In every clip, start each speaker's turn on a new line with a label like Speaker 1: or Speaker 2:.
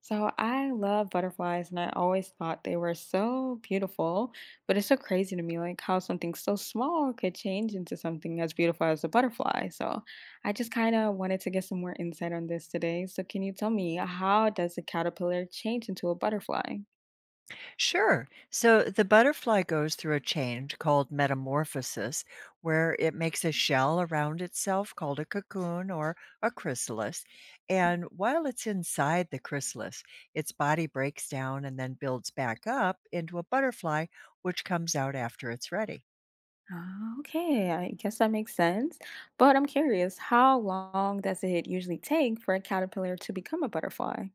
Speaker 1: So I love butterflies and I always thought they were so beautiful, but it's so crazy to me like how something so small could change into something as beautiful as a butterfly. So I just wanted to get some more insight on this today. So can you tell me, how does a caterpillar change into a butterfly?
Speaker 2: Sure. So the butterfly goes through a change called metamorphosis, where it makes a shell around itself called a cocoon or a chrysalis. And while it's inside the chrysalis, its body breaks down and then builds back up into a butterfly, which comes out after it's ready.
Speaker 1: Ah, okay, I guess that makes sense. But I'm curious, how long does it usually take for a caterpillar to become a butterfly?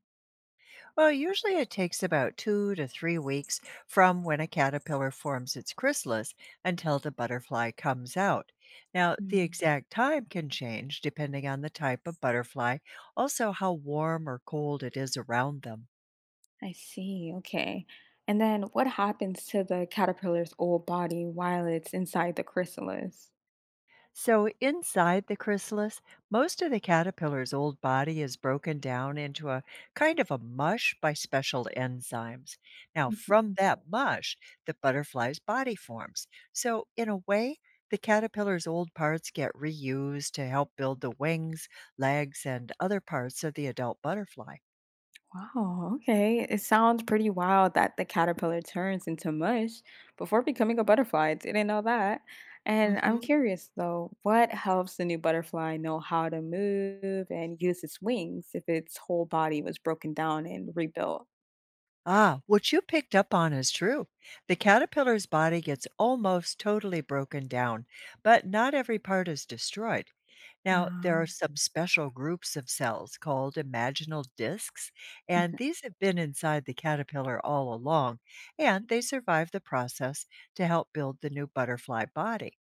Speaker 2: Well, usually it takes about 2 to 3 weeks from when a caterpillar forms its chrysalis until the butterfly comes out. Now, the exact time can change depending on the type of butterfly, also how warm or cold it is around them.
Speaker 1: I see. Okay. And then what happens to the caterpillar's old body while it's inside the chrysalis?
Speaker 2: So, inside the chrysalis, most of the caterpillar's old body is broken down into a kind of a mush by special enzymes. Now,
Speaker 1: Mhm.
Speaker 2: from that mush, the butterfly's body forms. So, in a way, the caterpillar's old parts get reused to help build the wings, legs, and other parts of the adult butterfly.
Speaker 1: Wow. Okay. It sounds pretty wild that the caterpillar turns into mush before becoming a butterfly. I didn't know that. And I'm
Speaker 2: hmm
Speaker 1: curious though, what helps the new butterfly know how to move and use its wings if its whole body was broken down and rebuilt?
Speaker 2: Ah, what you picked up on is true. The caterpillar's body gets almost totally broken down, but not every part is destroyed. Now, there are
Speaker 1: Ah.
Speaker 2: some special groups of cells called imaginal discs, and
Speaker 1: Mhm.
Speaker 2: these have been inside the caterpillar all along, and they survive the process to help build the new butterfly body.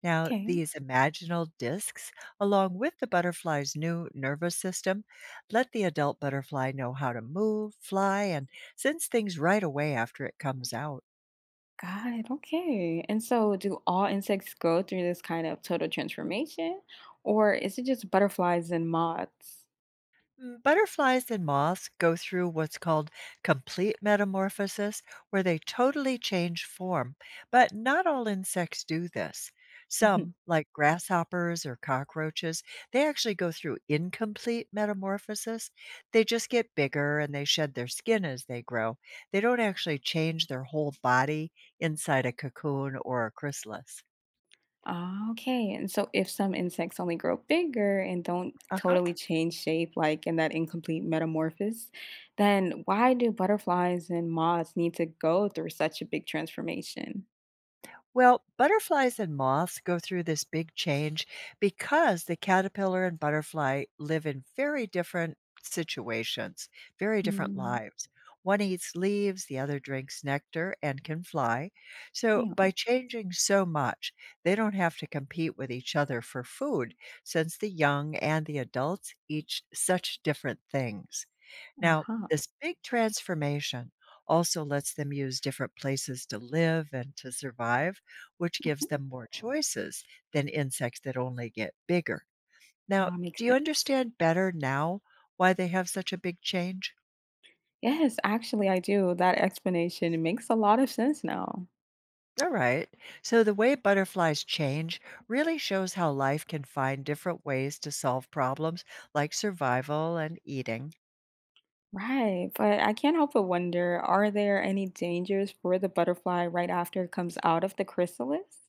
Speaker 2: Now,
Speaker 1: Okay.
Speaker 2: these imaginal discs, along with the butterfly's new nervous system, let the adult butterfly know how to move, fly, and sense things right away after it comes out.
Speaker 1: Got it. Okay. And so, do all insects go through this kind of total transformation, or is it just butterflies and moths?
Speaker 2: Mm, butterflies and moths go through what's called complete metamorphosis, where they totally change form, but not all insects do this.
Speaker 1: Mhm.
Speaker 2: Some, like grasshoppers or cockroaches, they actually go through incomplete metamorphosis. They just get bigger and they shed their skin as they grow. They don't actually change their whole body inside a cocoon or a chrysalis.
Speaker 1: Ah, okay. And so, if some insects only grow bigger and don't
Speaker 2: Uh huh.
Speaker 1: totally change shape, like in that incomplete metamorphosis, then why do butterflies and moths need to go through such a big transformation?
Speaker 2: Well, butterflies and moths go through this big change because the caterpillar and butterfly live in very different situations, very different
Speaker 1: mm
Speaker 2: lives. One eats leaves, the other drinks nectar and can fly. So,
Speaker 1: Yeah.
Speaker 2: by changing so much, they don't have to compete with each other for food since the young and the adults eat such different things.
Speaker 1: Uh
Speaker 2: Now,
Speaker 1: huh.
Speaker 2: this big transformation also lets them use different places to live and to survive, which gives them more choices than insects that only get bigger. Now,
Speaker 1: Ah, makes
Speaker 2: do you
Speaker 1: sense.
Speaker 2: understand better now why they have such a big change?
Speaker 1: Yes, actually, I do. That explanation makes a lot of sense now.
Speaker 2: All right. So, the way butterflies change really shows how life can find different ways to solve problems like survival and eating.
Speaker 1: Right, but I can't help but wonder, are there any dangers for the butterfly right after it comes out of the chrysalis?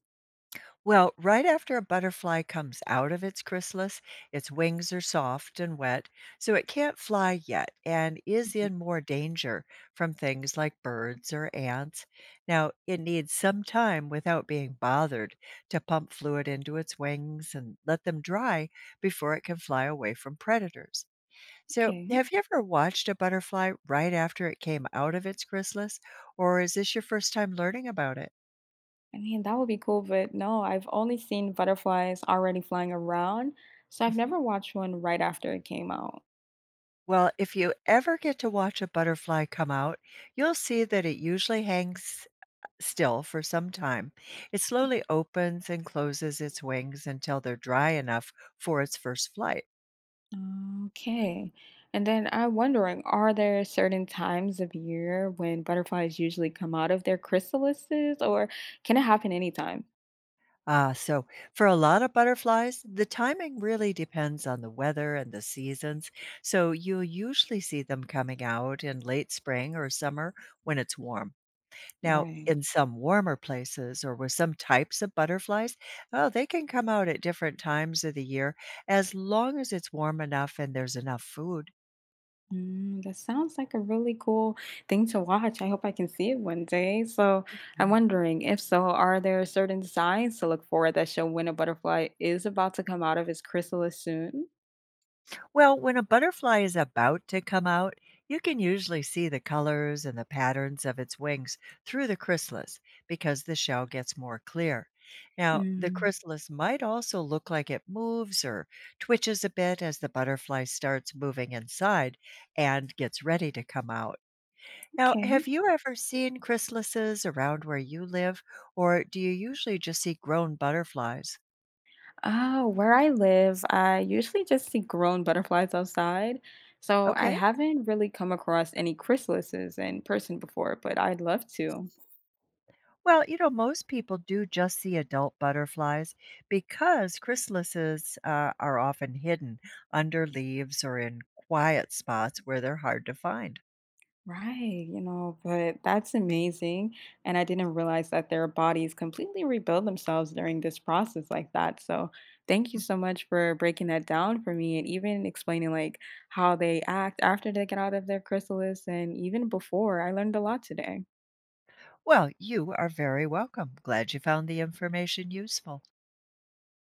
Speaker 2: Well, right after a butterfly comes out of its chrysalis, its wings are soft and wet, so it can't fly yet and is
Speaker 1: Mhm.
Speaker 2: in more danger from things like birds or ants. Now, it needs some time without being bothered to pump fluid into its wings and let them dry before it can fly away from predators. So,
Speaker 1: Okay.
Speaker 2: have you ever watched a butterfly right after it came out of its chrysalis, or is this your first time learning about it?
Speaker 1: I mean, that would be cool, but no, I've only seen butterflies already flying around, so I've never watched one right after it came out.
Speaker 2: Well, if you ever get to watch a butterfly come out, you'll see that it usually hangs still for some time. It slowly opens and closes its wings until they're dry enough for its first flight.
Speaker 1: Okay. And then I'm wondering, are there certain times of year when butterflies usually come out of their chrysalises, or can it happen anytime?
Speaker 2: Ah, so for a lot of butterflies, the timing really depends on the weather and the seasons. So you'll usually see them coming out in late spring or summer when it's warm. Now,
Speaker 1: Right.
Speaker 2: in some warmer places or with some types of butterflies, oh, they can come out at different times of the year as long as it's warm enough and there's enough food.
Speaker 1: Mm, that sounds like a really cool thing to watch. I hope I can see it one day. So I'm
Speaker 2: Mm.
Speaker 1: wondering, if so, are there certain signs to look for that show when a butterfly is about to come out of its chrysalis soon?
Speaker 2: Well, when a butterfly is about to come out, you can usually see the colors and the patterns of its wings through the chrysalis because the shell gets more clear. Now, the
Speaker 1: Mm,
Speaker 2: chrysalis might also look like it moves or twitches a bit as the butterfly starts moving inside and gets ready to come out. Now,
Speaker 1: okay.
Speaker 2: have you ever seen chrysalises around where you live, or do you usually just see grown butterflies?
Speaker 1: Where I live, I usually just see grown butterflies outside. So I
Speaker 2: Okay.
Speaker 1: haven't really come across any chrysalises in person before, but I'd love to.
Speaker 2: Well, you know, most people do just see adult butterflies because chrysalises are often hidden under leaves or in quiet spots where they're hard to find.
Speaker 1: Right, but that's amazing. And I didn't realize that their bodies completely rebuild themselves during this process like that. So thank you so much for breaking that down for me and even explaining how they act after they get out of their chrysalis and even before. I learned a lot today.
Speaker 2: Well, you are very welcome. Glad you found the information useful.